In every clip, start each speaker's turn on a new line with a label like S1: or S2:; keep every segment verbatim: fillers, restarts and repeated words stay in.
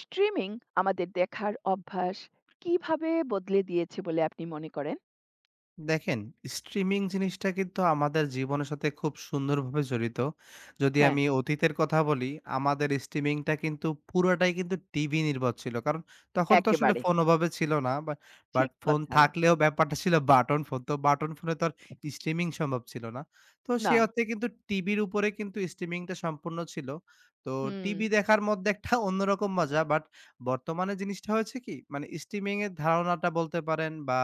S1: Streaming আমাদের দেখার অভ্যাস কিভাবে বদলে দিয়েছে বলে আপনি মনে করেন?
S2: দেখেন, স্ট্রিমিং জিনিসটা কিন্তু আমাদের জীবনের সাথে খুব সুন্দরভাবে জড়িত। যদি
S1: হ্যাঁ,
S2: আমি অতীতের কথা বলি, আমাদের স্ট্রিমিংটা কিন্তু পুরাটাই কিন্তু টিভি নির্ভর ছিল। কারণ তখন তো আসলে
S1: একেবারে।
S2: ফোন ওভাবে ছিল না। বা বাট
S1: ঠিক
S2: ফোন
S1: কথা।
S2: থাকলেও ব্যাপারটা ছিল বাটন ফোন। তো বাটন ফোনে তো আর স্ট্রিমিং সম্ভব ছিল না। তো
S1: না।
S2: সে অর্থে কিন্তু টিভির উপরে কিন্তু স্ট্রিমিংটা সম্পূর্ণ ছিল। তো
S1: হুম,
S2: টিভি দেখার মধ্যে একটা অন্যরকম মজা। বাট বর্তমানে জিনিসটা হয়েছে কি? মানে স্ট্রিমিং এর ধারণাটা বলতে পারেন বা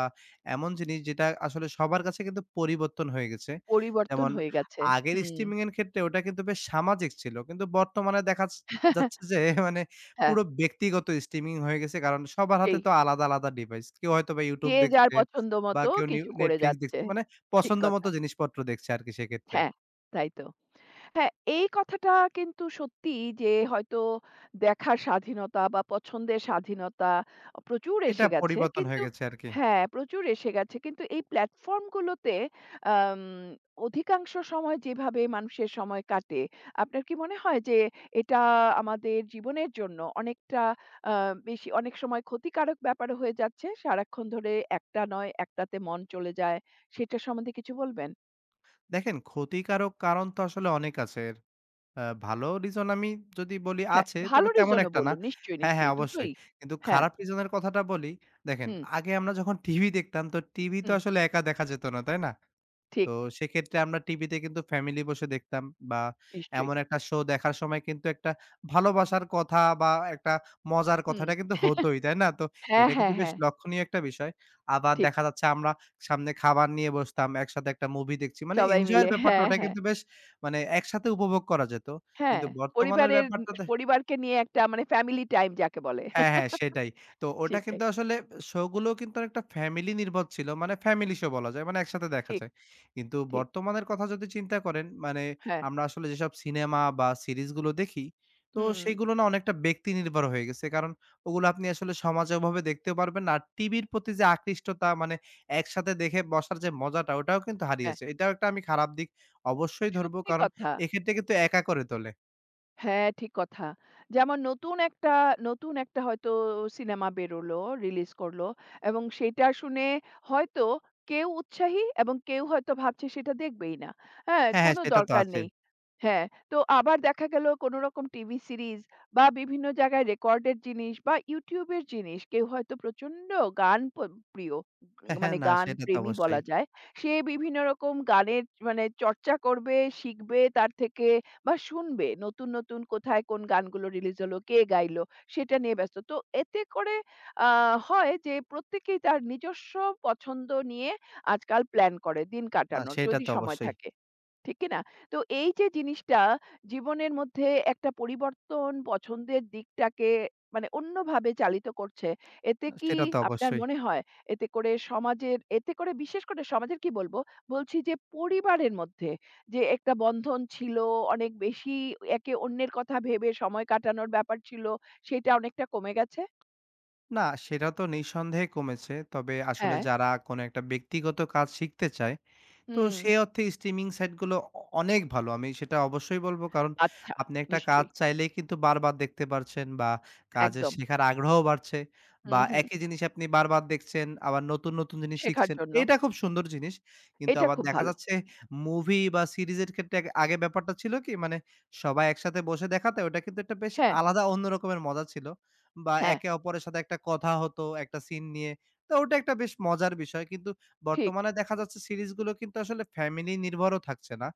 S2: এমন জিনিস যেটা আসলে সবার কাছে কিন্তু পরিবর্তন হয়ে গেছে।
S1: পরিবর্তন
S2: যেমন
S1: হয়ে গেছে।
S2: আগের
S1: হুম।
S2: স্ট্রিমিং এর ক্ষেত্রে ওটা কিন্তু বেশ সামাজিক ছিল। কিন্তু বর্তমানে দেখা যা যাচ্ছে যে মানে
S1: হ্যাঁ,
S2: পুরো ব্যক্তিগত স্ট্রিমিং হয়ে গেছে। কারণ সবার হাতে
S1: সেই।
S2: তো আলাদা, আলাদা ডিভাইস। কেউ হয়তোবা
S1: যে
S2: YouTube
S1: যার
S2: দেখছে
S1: পছন্দ
S2: বা
S1: মতো
S2: কেউ নিউ
S1: কিছু করে
S2: Netflix
S1: যাচ্ছে।
S2: দেখছে। মানে
S1: ঠিক কথা।
S2: পছন্দমতো জিনিসপত্র দেখছে আরকি সেক্ষেত্রে।
S1: হ্যাঁ, তাই তো। হ্যাঁ, এই কথাটা কিন্তু সত্যি যে হয়তো দেখার স্বাধীনতা বা পছন্দের স্বাধীনতা প্রচুর
S2: এটা
S1: এসে গেছে।
S2: পরিবর্তন
S1: কিন্তু
S2: হয়ে গেছে আরকি।
S1: হ্যাঁ, প্রচুর এসে গেছে। কিন্তু এই প্ল্যাটফর্মগুলোতে আম অধিকাংশ সময় যেভাবে মানুষের সময় কাটে, আপনার কি মনে হয় যে এটা আমাদের জীবনের জন্য অনেকটা আ বেশি অনেক সময় ক্ষতিকারক ব্যাপার হয়ে যাচ্ছে? সারাক্ষণ ধরে একটা নয় একটাতে মন চলে যায়। সেটা সম্বন্ধে কিছু বলবেন?
S2: দেখেন ক্ষতিকারক কারণ তো আসলে অনেক আছে এর। আ ভালো রিজন আমি যদি বলি
S1: হ্যাঁ,
S2: আছে,
S1: ভালো
S2: তবে তেমন
S1: রিজনও
S2: একটা না।
S1: বলুন। নিশ্চয়ই,
S2: হ্যাঁ, হ্যাঁ
S1: নিশ্চয়ই
S2: অবশ্যই।
S1: দুটোই।
S2: কিন্তু
S1: হ্যাঁ,
S2: খারাপ রিজন এর কথাটা বলি, দেখেন
S1: হুম,
S2: আগে আমরা যখন টিভি দেখতাম তো টিভি তো
S1: হুম,
S2: আসলে একা দেখা যেত না, তাই না? তো
S1: ঠিক।
S2: সেক্ষেত্রে আমরা টিভিতে কিন্তু ফ্যামিলি বসে দেখতাম বা
S1: নিশ্চয়ই।
S2: এমন একটা শো দেখার সময় কিন্তু একটা ভালোবাসার কথা বা একটা মজার
S1: হুম।
S2: কথাটা কিন্তু হতই, তাই না? তো
S1: হ্যাঁ,
S2: এটা কিন্তু
S1: হ্যাঁ,
S2: বেশ
S1: হ্যাঁ,
S2: লক্ষণীয় একটা বিষয়। আবার
S1: ঠিক।
S2: দেখা যাচ্ছে আমরা সামনে খাবার নিয়ে বসতাম, একসাথে একটা মুভি দেখছি। মানে
S1: সবাই
S2: এনজয়ের
S1: মিলে
S2: ব্যাপারটা
S1: হ্যাঁ,
S2: ওটা
S1: হ্যাঁ,
S2: কিন্তু বেশ মানে একসাথে উপভোগ করা যেত।
S1: হ্যাঁ।
S2: কিন্তু বর্তমানের
S1: পরিবারের
S2: ব্যাপারটাতে
S1: পরিবারকে নিয়ে একটা মানে ফ্যামিলি টাইম যাকে বলে।
S2: হ্যাঁ, হ্যাঁ সেটাই। তো ওটা
S1: সেটাই।
S2: কিন্তু আসলে শো গুলোও কিন্তু অনেকটা ফ্যামিলি নির্ভর ছিল। মানে ফ্যামিলি শো বলা যায়। মানে একসাথে দেখা
S1: ঠিক,
S2: যায়। কিন্তু
S1: ঠিক।
S2: বর্তমানের কথা যদি চিন্তা করেন মানে
S1: হ্যাঁ,
S2: আমরা আসলে যেসব সিনেমা বা সিরিজ গুলো দেখি, তো
S1: হুম,
S2: সেগুলো না অনেকটা ব্যক্তি নির্ভর হয়ে গেছে। কারণ ওগুলো আপনি আসলে সমাজে ওভাবে দেখতেও পারবেন না। আর টিভির প্রতি যে আকৃষ্টতা মানে একসাথে দেখে বসার যে মজাটা ওটাও কিন্তু
S1: হ্যাঁ।
S2: হারিয়েছে। এটাও একটা আমি খারাপ দিক অবশ্যই ধরবো।
S1: সত্যি
S2: কারণ
S1: কথা।
S2: এক্ষেত্রে কিন্তু একা করে তোলে।
S1: হ্যাঁ, ঠিক কথা। যেমন নতুন একটা নতুন একটা হয়তো সিনেমা বেরোলো, রিলিজ করল এবং সেটা শুনে হয়তো কেউ উৎসাহী এবং কেউ হয়তো ভাবছে সেটা দেখবেই না। হ্যাঁ?
S2: হ্যাঁ, হ্যাঁ
S1: কোনো
S2: সেটা তো
S1: দরকার
S2: আছে।
S1: নেই। হ্যাঁ, তো আবার দেখা গেল কোনো রকম টিভি সিরিজ বা বিভিন্ন জায়গায় রেকর্ডের জিনিস বা YouTube এর জিনিস কেউ হয়তো প্রচন্ড গান প প্রিয়, উম,
S2: হ্যাঁ, হ্যাঁ
S1: মানে
S2: না
S1: গান
S2: সেটা তো
S1: প্রেমী
S2: অবশ্যই।
S1: বলা যায়। সে বিভিন্ন রকম গানের মানে চর্চা করবে, শিখবে তার থেকে বা শুনবে নতুন, নতুন কোথায় কোন গানগুলো রিলিজ হলো, কে গাইলো সেটা নিয়ে ব্যস্ত। তো এতে করে আ হয় যে প্রত্যেকেই তার নিজস্ব পছন্দ নিয়ে আজকাল প্ল্যান করে দিন
S2: না
S1: কাটানোর
S2: সেটা
S1: যদি
S2: তো
S1: সময়
S2: অবশ্যই।
S1: থাকে। ঠিক কি না? তো এই যে জিনিসটা জীবনের মধ্যে একটা পরিবর্তন পছন্দের দিকটাকে মানে অন্যভাবে চালিত করছে। এতে কি
S2: সেটা তো
S1: আপনার
S2: অবশ্যই।
S1: মনে হয় এতে করে সমাজের এতে করে বিশেষ করে সমাজের কি বলব? বলছি যে পরিবারের মধ্যে যে একটা বন্ধন ছিল অনেক বেশি একে অন্যের কথা ভেবে সময় কাটানোর ব্যাপার ছিল সেটা অনেকটা কমে গেছে?
S2: না সেটা তো নিঃসন্দেহে কমেছে। তবে আসলে
S1: হ্যাঁ,
S2: যারা কোনো একটা ব্যক্তিগত কাজ শিখতে চায় তো
S1: হুম,
S2: সে অর্থে স্ট্রিমিং সাইটগুলো অ অনেক ভালো। আমি সেটা অবশ্যই বলব। কারণ
S1: আচ্ছা
S2: আপনি একটা কাজ
S1: নিশ্চয়ই।
S2: চাইলেই কিন্তু বারবার দেখতে পারছেন বা কাজের
S1: একদম।
S2: শেখার আগ্রহ বাড়ছে বা
S1: হুম, হুম।
S2: একই জিনিস আপনি বারবার দেখছেন, আবার নতুন, নতুন জিনিস
S1: শেখার
S2: শিখছেন।
S1: জন্য।
S2: এটা খুব সুন্দর জিনিস। কিন্তু
S1: এটা
S2: আবার
S1: খুব
S2: দেখা
S1: ভালো।
S2: যাচ্ছে মুভি বা সিরিজের ক্ষেত্রে আগে আগে ব্যাপারটা ছিল কি মানে সবাই একসাথে বসে দেখাতে ওটা কিন্তু একটা বেশ
S1: হ্যাঁ,
S2: আলাদা অন্য রকমের মজা ছিল বা
S1: হ্যাঁ,
S2: একে অপরের সাথে একটা কথা হতো, একটা সিন নিয়ে। তো ওটা একটা বেশ মজার বিষয়। কিন্তু
S1: ঠিক।
S2: বর্তমানে দেখা যাচ্ছে সিরিজগুলো কিন্তু আসলে ফ্যামিলি নির্ভরও থাকছে না।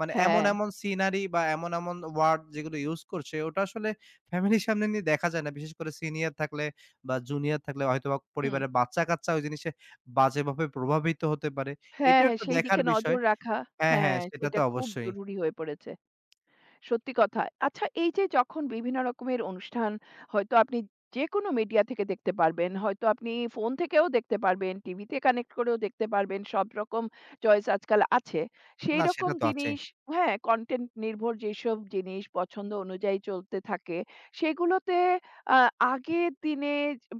S2: মানে এমন,
S1: হ্যাঁ।
S2: এমন সিনারি বা এমন, এমন ওয়ার্ড যেগুলো ইউস করছে ওটা আসলে ফ্যামিলির সামনে নিয়ে দেখা যায় না। বিশেষ করে সিনিয়র থাকলে বা জুনিয়র থাকলে হয়তোবা
S1: হুম।
S2: পরিবারের বাচ্চা-কাচ্চা ওই জিনিসে বাজেভাবে প্রভাবিত হতে পারে।
S1: হ্যাঁ,
S2: এটাও
S1: হ্যাঁ,
S2: একটা
S1: সেই
S2: দেখার
S1: দিকে
S2: বিষয়।
S1: নজর রাখা।
S2: হ্যাঁ, হ্যাঁ,
S1: হ্যাঁ,
S2: সেটা তো
S1: সেটা খুব
S2: অবশ্যই।
S1: জরুরি হয়ে পড়েছে। সত্যি কথা। আচ্ছা এই যে যখন বিভিন্ন রকমের অনুষ্ঠান হয়তো আপনি যেকোনো মিডিয়া থেকে দেখতে পারবেন। হয়তো আপনি ফোন থেকেও দেখতে পারবেন, টিভিতে কানেক্ট করেও দেখতে পারবেন। সব রকম চয়েস আজকাল আছে। সেই
S2: না
S1: রকম
S2: সেটা তো আছে।
S1: জিনিস হ্যাঁ, কনটেন্ট নির্ভর যেসব জিনিস পছন্দ অনুযায়ী চলতে থাকে, সেগুলোতে আ আগের দিনে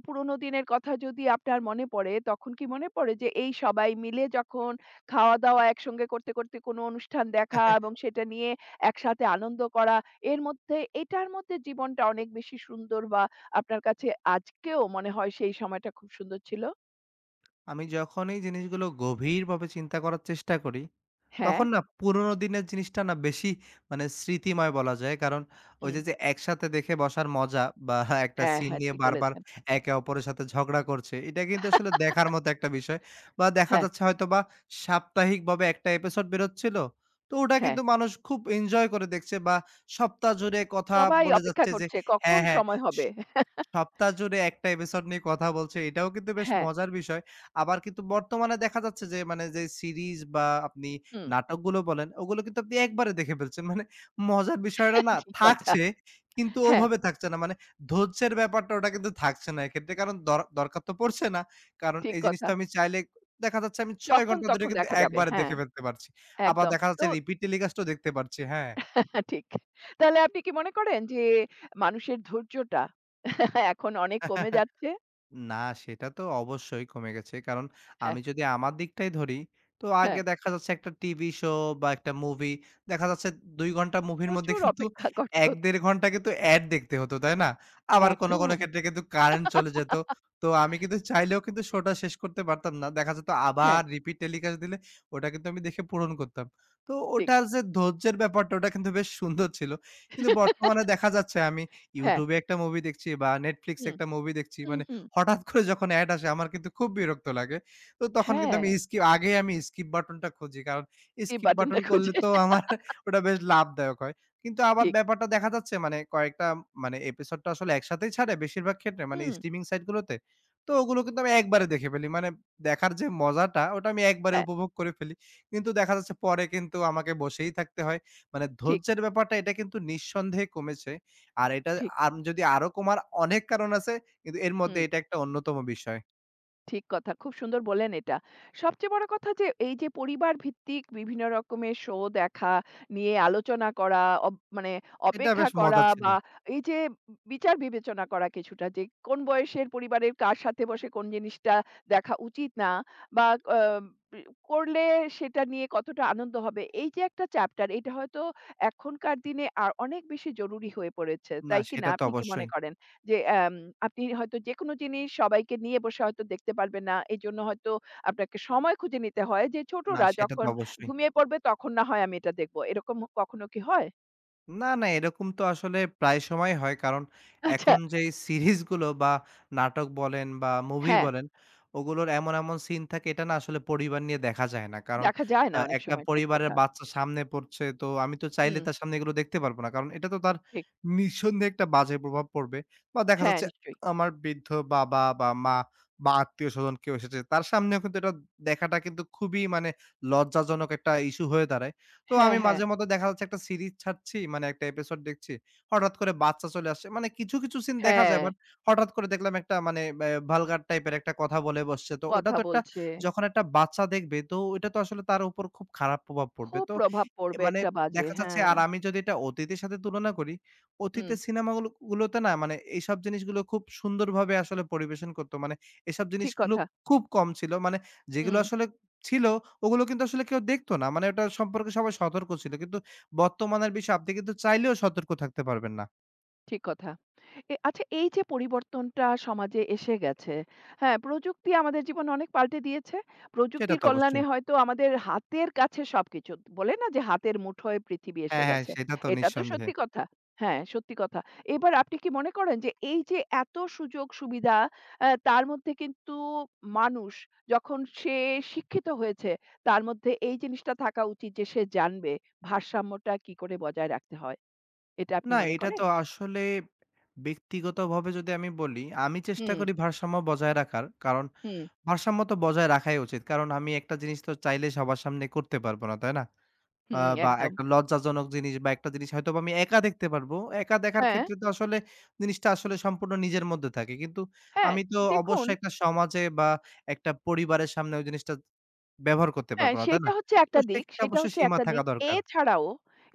S1: পুরোনো দিনের কথা যদি আপনার মনে পড়ে, তখন কি মনে পড়ে যে এই সবাই মিলে যখন খাওয়া-দাওয়া একসঙ্গে করতে, করতে কোনো অনুষ্ঠান দেখা এবং সেটা নিয়ে একসাথে আনন্দ করা। এর মধ্যে এটার মধ্যে জীবনটা অনেক বেশি সুন্দর বা আপনার কাছে আজকেও মনে হয় সেই সময়টা খুব সুন্দর ছিল?
S2: আমি যখন এই জিনিসগুলো গভীরভাবে চিন্তা করার চেষ্টা করি
S1: হ্যাঁ,
S2: তখন না পুরোনো দিনের জিনিসটা না বেশি মানে স্মৃতিময় বলা যায়। কারণ ওই
S1: হুম।
S2: যে, যে একসাথে দেখে বসার মজা বা একটা
S1: হ্যাঁ,
S2: সিন
S1: হ্যাঁ,
S2: নিয়ে
S1: ঠিক
S2: বারবার
S1: বলেছেন।
S2: একে অপরের সাথে ঝগড়া করছে, এটা কিন্তু আসলে দেখার মতো একটা বিষয়। বা দেখা
S1: হ্যাঁ,
S2: যাচ্ছে হয়তোবা সাপ্তাহিকভাবে একটা এপিসোড বেরোচ্ছিল। তো ওটা
S1: হ্যাঁ।
S2: কিন্তু মানুষ খুব এনজয় করে দেখছে বা সপ্তাহ জুড়ে কথা
S1: সবাই
S2: বলে
S1: অপেক্ষা
S2: যাচ্ছে যে
S1: করছে কখন
S2: হ্যাঁ, হ্যাঁ।
S1: সময় হবে।
S2: সপ্তাহ জুড়ে একটা এপিসোড নিয়ে কথা বলছে, এটাও কিন্তু বেশ
S1: হ্যাঁ,
S2: মজার বিষয়। আবার কিন্তু বর্তমানে দেখা যাচ্ছে যে মানে যে সিরিজ বা আপনি
S1: হুম।
S2: নাটকগুলো বলেন, ওগুলো কিন্তু আপনি একবারে দেখে ফেলছেন। মানে মজার বিষয়টা না
S1: ঠিক কথা।
S2: থাকছে, কিন্তু
S1: হ্যাঁ,
S2: ওভাবে থাকছে না। মানে ধৈর্যের ব্যাপারটা ওটা কিন্তু থাকছে না এক্ষেত্রে। কারণ দর দরকার তো পড়ছে না। কারণ
S1: ঠিক
S2: এই জিনিসটা
S1: কথা।
S2: আমি চাইলে দেখা যাচ্ছে আমি ছয়
S1: যখন
S2: ঘন্টা ধরে
S1: তখন
S2: কিন্তু
S1: দেখা যাবে।
S2: একবারে
S1: হ্যাঁ,
S2: দেখে ফেলতে পারছি। আবার
S1: একদম।
S2: দেখা
S1: তো
S2: যাচ্ছে রিপিট টেলিকাস্টও দেখতে পারছি। হ্যাঁ।
S1: ঠিক। তাহলে আপনি কি মনে করেন যে মানুষের ধৈর্যটা এখন অনেক কমে যাচ্ছে?
S2: না, সেটা তো অবশ্যই কমে গেছে। কারণ
S1: হ্যাঁ,
S2: আমি যদি আমার দিকটাই ধরি, তো
S1: হ্যাঁ।
S2: আগে দেখা যাচ্ছে একটা টিভি শো বা একটা মুভি দেখা যাচ্ছে দুই ঘন্টা মুভির মধ্যে
S1: প্রচুর
S2: কিন্তু
S1: অপেক্ষা করতে হতো।
S2: এক থেকে দেড় ঘন্টা কিন্তু অ্যাড দেখতে হতো, তাই না? আবার কোন, কোন
S1: একদম।
S2: ক্ষেত্রে কিন্তু কারেন্ট চলে যেত। তো আমি কিন্তু চাইলেও কিন্তু শোটা শেষ করতে পারতাম না। দেখা যেত আবার
S1: হ্যাঁ,
S2: রিপিট টেলিকাস্ট দিলে ওটা কিন্তু আমি দেখে পূরণ করতাম। তো
S1: ঠিক।
S2: ওটার যে ধৈর্যের ব্যাপারটা ওটা কিন্তু বেশ সুন্দর ছিল। কিন্তু বর্তমানে দেখা যাচ্ছে আমি
S1: হ্যাঁ।
S2: YouTube এ একটা মুভি দেখছি বা Netflix এ
S1: হুম,
S2: একটা মুভি দেখছি।
S1: হুম,
S2: মানে
S1: হুম।
S2: হঠাৎ করে যখন অ্যাড আসে আমার কিন্তু খুব বিরক্ত লাগে। তো তখন কিন্তু
S1: হ্যাঁ,
S2: আমি স্কিপ আগেই আমি স্কিপ বাটনটা খুঁজি। কারণ
S1: এই
S2: স্কিপ বাটন
S1: বাটনটা
S2: করলে
S1: খুঁজে।
S2: তো আমার ওটা বেশ লাভদায়ক হয়। কিন্তু আবার
S1: ঠিক।
S2: ব্যাপারটা দেখা যাচ্ছে মানে কয়েকটা মানে এপিসোড তো আসলে একসাথেই ছাড়ে বেশিরভাগ ক্ষেত্রে মানে
S1: হুম,
S2: স্ট্রিমিং সাইট গুলোতে। তো ওগুলো কিন্তু আমি একবারে দেখে ফেলি। মানে দেখার যে মজাটা ওটা আমি একবারে
S1: হ্যাঁ,
S2: উপভোগ করে ফেলি। কিন্তু দেখা যাচ্ছে পরে কিন্তু আমাকে বসেই থাকতে হয়। মানে
S1: ঠিক,
S2: ধৈর্যের ব্যাপারটা এটা কিন্তু নিঃসন্দেহে কমেছে। আর এটা
S1: ঠিক।
S2: আম যদি আরো কমার অনেক কারণ আছে কিন্তু এর মধ্যে
S1: হুম।
S2: এটা একটা অন্যতম বিষয়।
S1: ঠিক কথা। খুব সুন্দর বললেন এটা। সবচেয়ে বড় কথা যে এই যে পরিবার ভিত্তিক বিভিন্ন রকমের শো দেখা, নিয়ে আলোচনা করা, অব মানে
S2: এটা
S1: অপেক্ষা
S2: বেশ মজা
S1: করা
S2: ছিল।
S1: বা এই যে বিচার বিবেচনা করা কিছুটা যে কোন বয়সের পরিবারের কার সাথে বসে কোন জিনিসটা দেখা উচিত না বা আ বি করলে সেটা নিয়ে কতটা আনন্দ হবে। এই যে একটা চ্যাপ্টার এটা হয়তো এখনকার দিনে আর অনেক বেশি জরুরি হয়ে পড়েছে।
S2: না
S1: তাই কি না?
S2: সেটা তো
S1: আপনি কি মনে
S2: অবশ্যই।
S1: করেন? যে এম আপনি হয়তো যেকোনো জিনিস সবাইকে নিয়ে বসে হয়তো দেখতে পারবেন না। এজন্য হয়তো আপনাকে সময় খুঁজে নিতে হয় যে
S2: না
S1: ছোটরা
S2: সেটা তো
S1: যখন
S2: অবশ্যই।
S1: ঘুমিয়ে পড়বে তখন না হয় আমি এটা দেখব। এরকম কখনো কি হয়?
S2: না, না এরকম তো আসলে প্রায় সময় হয়। কারণ
S1: আচ্ছা,
S2: এখন যেই সিরিজগুলো বা নাটক বলেন বা মুভি
S1: হ্যাঁ,
S2: বলেন, ওগুলোর এমন, এমন সিন থাকে এটা না আসলে পরিবার নিয়ে দেখা যায় না। কারণ
S1: দেখা যায় না
S2: আ
S1: অনেক
S2: একটা
S1: সময়। ঠিক
S2: পরিবারের
S1: কথা।
S2: বাচ্চা সামনে পড়ছে তো আমি তো চাইলে
S1: হুম,
S2: তার সামনে এগুলো দেখতে পারব না। কারণ এটা তো তার
S1: ঠিক।
S2: নিঃসন্দেহে একটা বাজে প্রভাব পড়বে। বা দেখা
S1: হ্যাঁ,
S2: যাচ্ছে
S1: নিশ্চয়ই।
S2: আমার বৃদ্ধ বাবা বা মা বা আত্মীয়স্বজন কেউ এসেছে, তার সামনেও কিন্তু এটা দেখাটা কিন্তু খুবই মানে লজ্জাজনক একটা ইস্যু হয়ে দাঁড়ায়। তো
S1: হ্যাঁ,
S2: আমি
S1: হ্যাঁ,
S2: মাঝে মধ্যে দেখা যাচ্ছে একটা সিরিজ ছাড়ছি, মানে একটা এপিসোড দেখছি। হঠাৎ করে বাচ্চা চলে আসছে। মানে কিছু, কিছু সিন দেখা
S1: হ্যাঁ,
S2: যায় বাট হঠাৎ করে দেখলাম একটা মানে ব্যা ভালগার টাইপের একটা কথা বলে বসছে। তো ওটা
S1: কথা
S2: তো একটা
S1: বলছে।
S2: যখন একটা বাচ্চা দেখবে তো ওইটা তো আসলে তার উপর খুব খারাপ প্রভাব পড়বে।
S1: খুব
S2: তো
S1: প্রভাব
S2: এ
S1: পড়বে
S2: মানে
S1: একটা বাজে।
S2: দেখা যাচ্ছে
S1: হ্যাঁ।
S2: আর আমি যদি এটা অতীতের সাথে তুলনা করি,
S1: হুম,
S2: অতীতের সিনেমাগুলো গুলোতে না মানে এইসব জিনিসগুলো খুব সুন্দরভাবে আসলে পরিবেশন করত। মানে এসব
S1: ঠিক
S2: জিনিসগুলো
S1: কথা।
S2: খুব কম ছিল। মানে যেগুলো
S1: হুম।
S2: আসলে ছিল ওগুলো কিন্তু আসলে কেউ দেখত না। মানে ওটা সম্পর্কে সবাই সতর্ক ছিল। কিন্তু বর্তমানের বিষয় আপনি কিন্তু চাইলেও সতর্ক থাকতে পারবেন না।
S1: ঠিক কথা। এ আচ্ছা এই যে পরিবর্তনটা সমাজে এসে গেছে, হ্যাঁ? প্রযুক্তি আমাদের জীবনে অনেক পাল্টে দিয়েছে।
S2: সেটা
S1: প্রযুক্তির
S2: তো
S1: কল্যাণে
S2: অবশ্যই।
S1: হয়তো আমাদের হাতের কাছে সবকিছু। বলে না যে হাতের মুঠোয় পৃথিবী এসে
S2: হ্যাঁ, হ্যাঁ,
S1: গেছে।
S2: সেটা তো
S1: এটা তো
S2: নিঃসন্দেহে।
S1: সত্যি কথা। হ্যাঁ, সত্যি কথা। এবার আপনি কি মনে করেন যে এই যে এত সুযোগ সুবিধা আ তার মধ্যে কিন্তু মানুষ যখন সে শিক্ষিত হয়েছে তার মধ্যে এই জিনিসটা থাকা উচিত যে সে জানবে ভারসাম্যটা কি করে বজায় রাখতে হয়। এটা আপনি
S2: না
S1: মনে
S2: এটা
S1: করেন?
S2: তো আসলে ব্যক্তিগতভাবে যদি আমি বলি, আমি চেষ্টা
S1: হুম।
S2: করি ভারসাম্য বজায় রাখার। কারণ
S1: হুম,
S2: ভারসাম্য তো বজায় রাখাই উচিত। কারণ আমি একটা জিনিস তো চাইলে সবার সামনে করতে পারবো না, তাই না? আ
S1: হুম,
S2: বা
S1: একদম।
S2: একটা লজ্জাজনক জিনিস বা একটা জিনিস হয়তোবা আমি একা দেখতে পারবো। একা দেখার
S1: হ্যাঁ,
S2: ক্ষেত্রে তো আসলে জিনিসটা আসলে সম্পূর্ণ নিজের মধ্যে থাকে। কিন্তু
S1: হ্যাঁ,
S2: আমি তো
S1: দেখুন
S2: অবশ্যই একটা সমাজে বা একটা পরিবারের সামনে ওই জিনিসটা ব্যবহার করতে
S1: হ্যাঁ,
S2: পারবো না, তাই
S1: সেটা
S2: না?
S1: হচ্ছে
S2: তো
S1: একটা দিক,
S2: সেক্ষেত্রে
S1: সেটা
S2: অবশ্যই
S1: হচ্ছে
S2: সীমা
S1: একটা
S2: থাকা
S1: দিক।
S2: দরকার।
S1: এছাড়াও,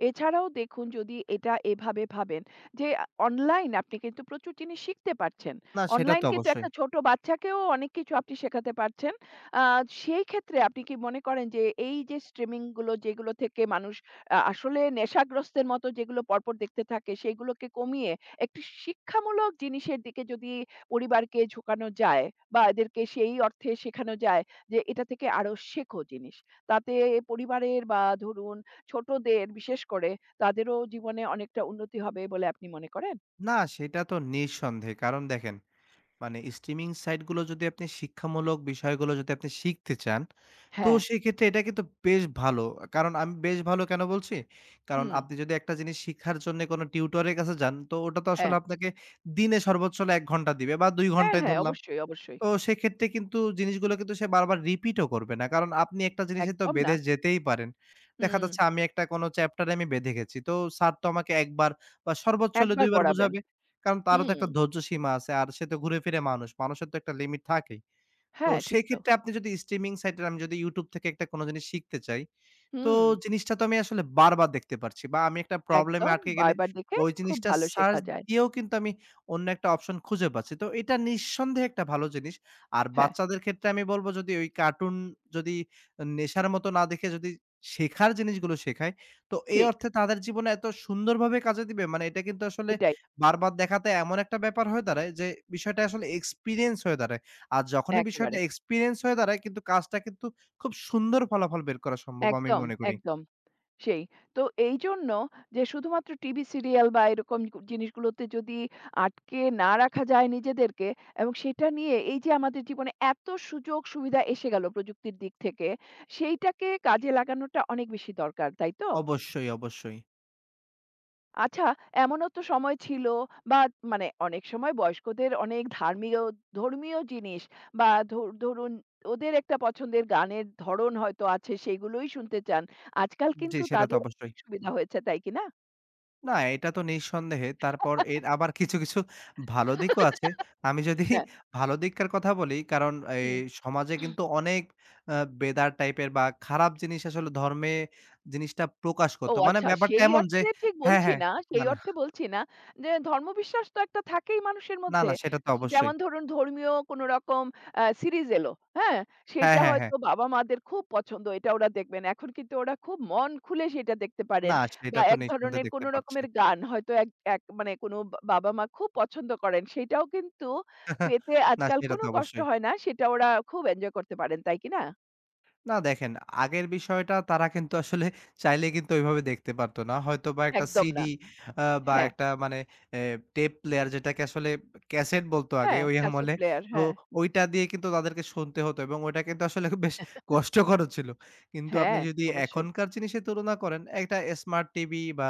S1: এছাড়াও দেখুন যদি এটা এভাবে ভাবেন যে আ অনলাইন আপনি কিন্তু প্রচুর জিনিস শিখতে পারছেন।
S2: না সেটা তো
S1: অনলাইন কিন্তু
S2: অবশ্যই।
S1: একটা ছোট বাচ্চাকেও অনেক কিছু আপনি শেখাতে পারছেন। আ সেই ক্ষেত্রে আপনি কি মনে করেন যে এই যে স্ট্রিমিং গুলো যেগুলো থেকে মানুষ আ আসলে নেশাগ্রস্তের মতো যেগুলো পরপর দেখতে থাকে সেগুলোকে কমিয়ে একটি শিক্ষামূলক জিনিসের দিকে যদি পরিবারকে ঝোঁকানো যায় বা এদেরকে সেই অর্থে শেখানো যায় যে এটা থেকে আরো শেখো জিনিস। তাতে পরিবারের বা ধরুন ছোটদের বিশেষ করে তাদেরও জীবনে অনেকটা উন্নতি হবে বলে আপনি মনে করেন?
S2: না সেটা তো নিঃসন্দেহে। কারণ দেখেন মানে স্ট্রিমিং সাইটগুলো যদি আপনি শিক্ষামূলক বিষয়গুলো যদি আপনি শিখতে চান, তো
S1: হ্যাঁ,
S2: সেক্ষেত্রে এটা কিন্তু বেশ ভালো। কারণ আমি বেশ ভালো কেন বলছি? কারণ
S1: হুম,
S2: আপনি যদি একটা জিনিস শিখার জন্যে কোনো টিউটরের কাছে যান, তো ওটা তো আসলে
S1: হ্যাঁ,
S2: আপনাকে দিনে সর্বোচ্চ হলো এক ঘন্টা দিবে বা দুই
S1: হ্যাঁ,
S2: ঘন্টাই
S1: হ্যাঁ,
S2: ধরলাম।
S1: অবশ্যই, অবশ্যই।
S2: তো সেক্ষেত্রে কিন্তু জিনিসগুলো কিন্তু সে বারবার রিপিটও করবে না। কারণ আপনি একটা জিনিসে তো
S1: একদম না।
S2: বেঁধে যেতেই পারেন। দেখা
S1: হুম,
S2: যাচ্ছে আমি একটা কোনো চ্যাপ্টারে আমি বেঁধে গেছি। তো স্যার তো আমাকে এক বার বা সর্বোচ্চ হলে
S1: একবার
S2: দুই বার
S1: পড়াবেন।
S2: বুঝাবে। কারণ তারও তো
S1: হুম,
S2: একটা ধৈর্য সীমা আছে। আর সে তো ঘুরে ফিরে মানুষ। মানুষের তো একটা লিমিট থাকেই। তো
S1: হ্যাঁ, ঠিক তো।
S2: সেক্ষেত্রে আপনি যদি স্ট্রিমিং সাইট এর আমি যদি YouTube থেকে একটা কোনো জিনিস শিখতে চাই তো
S1: হুম,
S2: জিনিসটা তো আমি আসলে বারবার দেখতে পারছি বা আমি একটা প্রবলেমে
S1: একদম
S2: আটকে গেলে
S1: বারবার দেখে
S2: ওই
S1: খুব
S2: জিনিসটা
S1: ভালো
S2: সার্চ
S1: শেখা যায়।
S2: দিয়েও কিন্তু আমি অন্য একটা অপশন খুঁজে পাচ্ছি। তো এটা নিঃসন্দেহে একটা ভালো জিনিস। আর
S1: হ্যাঁ,
S2: বাচ্চাদের ক্ষেত্রে আমি বলব যদি ওই কার্টুন যদি নেশার মতো না দেখে যদি শেখার জিনিসগুলো শেখায়, তো এই
S1: ঠিক
S2: অর্থে তাদের জীবনে এত সুন্দরভাবে কাজে দিবে মানে এটা কিন্তু আসলে
S1: এটাই।
S2: বারবার দেখাতে এমন একটা ব্যাপার হয়ে দাঁড়ায় যে বিষয়টা আসলে এক্সপেরিয়েন্স হয়ে দাঁড়ায়। আর যখনই বিষয়টা
S1: একেবারে।
S2: এক্সপেরিয়েন্স হয়ে দাঁড়ায় কিন্তু কাজটা কিন্তু খুব সুন্দর ফলাফল বের করা সম্ভব আমি
S1: একদম,
S2: মনে করি।
S1: একদম। সেই। তো এইজন্য যে শুধুমাত্র টিভি সিরিয়াল বা এরকম কু জিনিসগুলোতে যদি আটকে না রাখা যায় নিজেদেরকে এবং সেটা নিয়ে এই যে আমাদের জীবনে এত সুযোগ সুবিধা এসে গেল প্রযুক্তির দিক থেকে, সেইটাকে কাজে লাগানোটা অনেক বেশি দরকার, তাই তো?
S2: অবশ্যই, অবশ্যই।
S1: আচ্ছা এমনও তো সময় ছিল বা মানে অনেক সময় বয়স্কদের অনেক ধার্মীয় ধর্মীয় জিনিস বা ধর ধরুন ওদের একটা পছন্দের গানের ধরন হয়তো আছে, সেগুলোই শুনতে চান। আজকাল
S2: জি,
S1: কিন্তু
S2: সেটা তো
S1: তাদের
S2: অবশ্যই।
S1: অনেক সুবিধা হয়েছে, তাই কি না?
S2: না, এটা তো নিঃসন্দেহে। তারপর এর আবার কিছু, কিছু ভালো দিকও আছে। আমি যদি
S1: হ্যাঁ,
S2: ভালো দিকটার কথা বলি, কারণ এই
S1: হুম।
S2: সমাজে কিন্তু অনেক আ বেদার টাইপের বা খারাপ জিনিস আসলে ধর্মে জিনিসটা প্রকাশ করত।
S1: ও
S2: মানে
S1: আচ্ছা
S2: ব্যাপারটা
S1: সেই
S2: এমন যে
S1: অর্থে ঠিক
S2: হ্যাঁ,
S1: বলছি
S2: হ্যাঁ।
S1: না,
S2: না,
S1: সেই
S2: না,
S1: অর্থে বলছি না যে ধর্মবিশ্বাস তো একটা থাকেই মানুষের
S2: না,
S1: মধ্যে।
S2: না সেটা তো অবশ্যই।
S1: যেমন ধরুন ধর্মীয় কোনো রকম আ সিরিজ এলো, হ্যাঁ?
S2: হ্যাঁ,
S1: সেইটা
S2: হ্যাঁ, হ্যাঁ।
S1: হয়তো বাবা-মাদের খুব পছন্দ এটা ওরা দেখবেন। এখন কিন্তু ওরা খুব মন খুলে সেটা দেখতে
S2: না,
S1: পারেন।
S2: সেটা
S1: বা
S2: তো
S1: এক
S2: নিঃসন্দেহে
S1: ধরনের
S2: দেখতে
S1: কোনো
S2: পাচ্ছে।
S1: রকমের গান হয়তো এক এক মানে কোনো বা বাবা-মা খুব পছন্দ করেন সেটাও কিন্তু পেতে
S2: না,
S1: আজকাল
S2: সেটা তো
S1: কোনো কষ্ট
S2: অবশ্যই।
S1: হয় না। সেটা ওরা খুব এনজয় করতে পারেন, তাই কি না?
S2: না দেখেন, আগের বিষয়টা তারা কিন্তু আসলে চাইলে কিন্তু ওইভাবে দেখতে পারত না। হয়তোবা একটা
S1: একদম না।
S2: সিডি আ বা
S1: হ্যাঁ,
S2: একটা মানে এ টেপ প্লেয়ার যেটাকে আসলে ক্যাসেট বলতো আগে
S1: হ্যাঁ,
S2: ওই
S1: ক্যাসেট
S2: আমলে।
S1: প্লেয়ার
S2: তো
S1: হ্যাঁ।
S2: ওইটা দিয়ে কিন্তু তাদেরকে শুনতে হতো এবং ওইটা কিন্তু আসলে বেশ কষ্টকরও ছিল। কিন্তু আপনি
S1: হ্যাঁ,
S2: যদি
S1: অবশ্যই।
S2: এখনকার জিনিসের তুলনা করেন, একটা স্মার্ট টিভি বা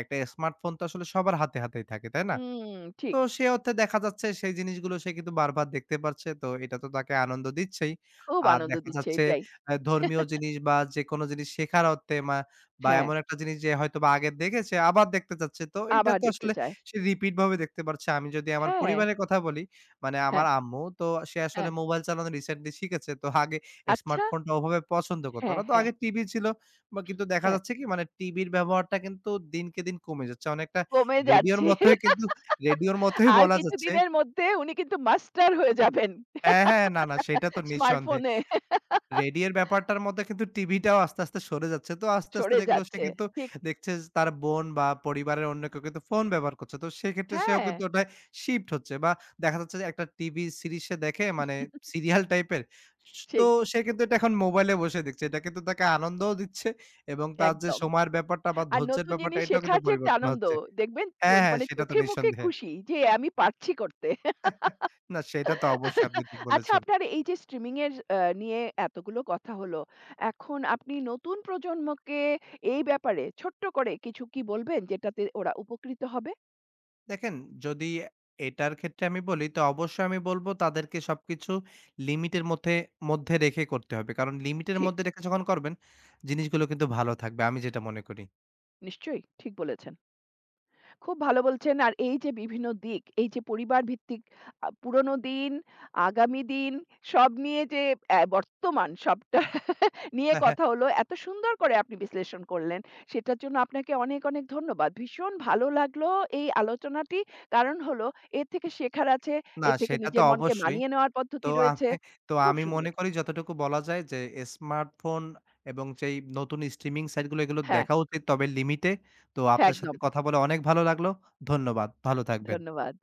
S2: একটা স্মার্টফোন তো আসলে সবার হাতে, হাতেই থাকে, তাই না?
S1: হুম,
S2: তো
S1: ঠিক।
S2: সে অর্থে দেখা যাচ্ছে সেই জিনিসগুলো সে কিন্তু বারবার দেখতে পারছে। তো এটা তো তাকে আনন্দ দিচ্ছেই।
S1: খুব
S2: আর
S1: আনন্দ
S2: দেখা
S1: দিচ্ছে
S2: যাচ্ছে
S1: এটাই।
S2: আ ধর্মীয় জিনিস বা যেকোনো জিনিস শেখার অর্থে মা বা
S1: হ্যাঁ,
S2: এমন একটা জিনিস যে হয়তোবা আগে দেখেছে আবার দেখতে চাচ্ছে। তো এটা
S1: আবার
S2: তো
S1: দেখতে
S2: আসলে
S1: চায়।
S2: সে রিপিট ভাবে দেখতে পারছে। আমি যদি আমার
S1: হ্যাঁ,
S2: পরিবারের কথা বলি, মানে
S1: হ্যাঁ,
S2: আমার আম্মু তো সে আসলে
S1: হ্যাঁ।
S2: মোবাইল চালানো রিসেন্টলি শিখেছে। তো আগে
S1: আচ্ছা,
S2: স্মার্টফোনটা ওভাবে পছন্দ করত
S1: হ্যাঁ,
S2: না। তো
S1: হ্যাঁ,
S2: আগে টিভি ছিল বা কিন্তু দেখা
S1: হ্যাঁ।
S2: যাচ্ছে কি মানে টিভির ব্যবহারটা কিন্তু দিনকে দিন কমে যাচ্ছে। অনেকটা
S1: কমে
S2: রেডিওর
S1: যাচ্ছে।
S2: মতোই কিন্তু রেডিওর মতোই
S1: আর
S2: বলা যাচ্ছে।
S1: কিছুদিনের মধ্যে উনি কিন্তু মাস্টার হয়ে যাবেন
S2: হ্যাঁ, হ্যাঁ। না, না সেটা তো নিঃসন্দেহে।
S1: স্মার্টফোনে।
S2: রেডিওর ব্যাপারটার মধ্যে কিন্তু টিভিটাও আস্তে, আস্তে সরে যাচ্ছে। তো আস্তে, আস্তে
S1: সরে
S2: দেখলো সে
S1: যাচ্ছে।
S2: কিন্তু
S1: ঠিক।
S2: দেখছে যে তার বোন বা পরিবারের অন্য কেউ কিন্তু ফোন ব্যবহার করছে। তো সেক্ষেত্রে সেও
S1: হ্যাঁ,
S2: কিন্তু ওটায় শিফট হচ্ছে বা দেখা যাচ্ছে যে একটা টিভি সিরিজ সে দেখে মানে সিরিয়াল টাইপের। স তো
S1: সেই
S2: সে কিন্তু এটা এখন মোবাইলে বসে দেখছে। এটা কিন্তু তাকে আনন্দও দিচ্ছে এবং তার যে
S1: একদম।
S2: সময়ের ব্যাপারটা বা
S1: আর
S2: ধৈর্যের
S1: নতুন
S2: ব্যাপারটা
S1: জিনিস
S2: এটাও কিন্তু
S1: শেখার যে একটা
S2: পরিবর্তন
S1: আনন্দ
S2: হচ্ছে।
S1: দেখবেন চো
S2: হ্যাঁ, হ্যাঁ
S1: মানে
S2: সেটা তো
S1: চোখে মুখে
S2: নিঃসন্দেহে।
S1: খুশি যে আমি পারছি করতে।
S2: না সেটা তো অবশ্যই আপনি ঠিক
S1: আচ্ছা
S2: বলেছেন।
S1: আপনার এই যে স্ট্রিমিং এর আ নিয়ে এতগুলো কথা হলো। এখন আপনি নতুন প্রজন্মকে এই ব্যাপারে ছোট্ট করে কিছু কি বলবেন যেটাতে ওরা উপকৃত হবে?
S2: দেখেন, যদি এটার ক্ষেত্রে আমি বলি তো অবশ্যই আমি বলব তাদেরকে সবকিছু লিমিটের মধ্যে মধ্যে রেখে করতে হবে। কারণ লিমিটের
S1: ঠিক,
S2: মধ্যে রেখে যখন করবেন, জিনিসগুলো কিন্তু ভালো থাকবে আমি যেটা মনে করি।
S1: নিশ্চয়ই ঠিক বলেছেন। খুব ভালো বলছেন। আর এই যে বিভিন্ন দিক, এই যে পরিবার ভিত্তিক আ পুরনো দিন, আগামী দিন সব নিয়ে যে অ্যা বর্তমান সবটা নিয়ে
S2: হ্যাঁ, হ্যাঁ।
S1: কথা হলো। এত সুন্দর করে আপনি বিশ্লেষণ করলেন। সেটার জন্য আপনাকে অনেক, অনেক ধন্যবাদ। ভীষণ ভালো লাগলো এই আলোচনাটি। কারণ হলো এর থেকে শেখার আছে,
S2: না
S1: এর থেকে
S2: সেটা তো
S1: নিজের মনকে
S2: অবশ্যই।
S1: মানিয়ে নেওয়ার
S2: তো
S1: পদ্ধতি
S2: আমি
S1: রয়েছে।
S2: তো
S1: খুব
S2: আমি মনে
S1: সুন্দর।
S2: করি যতটুকু বলা যায় যে স্মার্টফোন এবং যেই নতুন স্ট্রিমিং সাইট গুলো এগুলো
S1: হ্যাঁ,
S2: দেখা উচিত তবে লিমিটে। তো
S1: হ্যাঁ
S2: আপনার সাথে
S1: একদম।
S2: কথা বলে অনেক ভালো লাগলো। ধন্যবাদ। ভালো থাকবেন।
S1: ধন্যবাদ।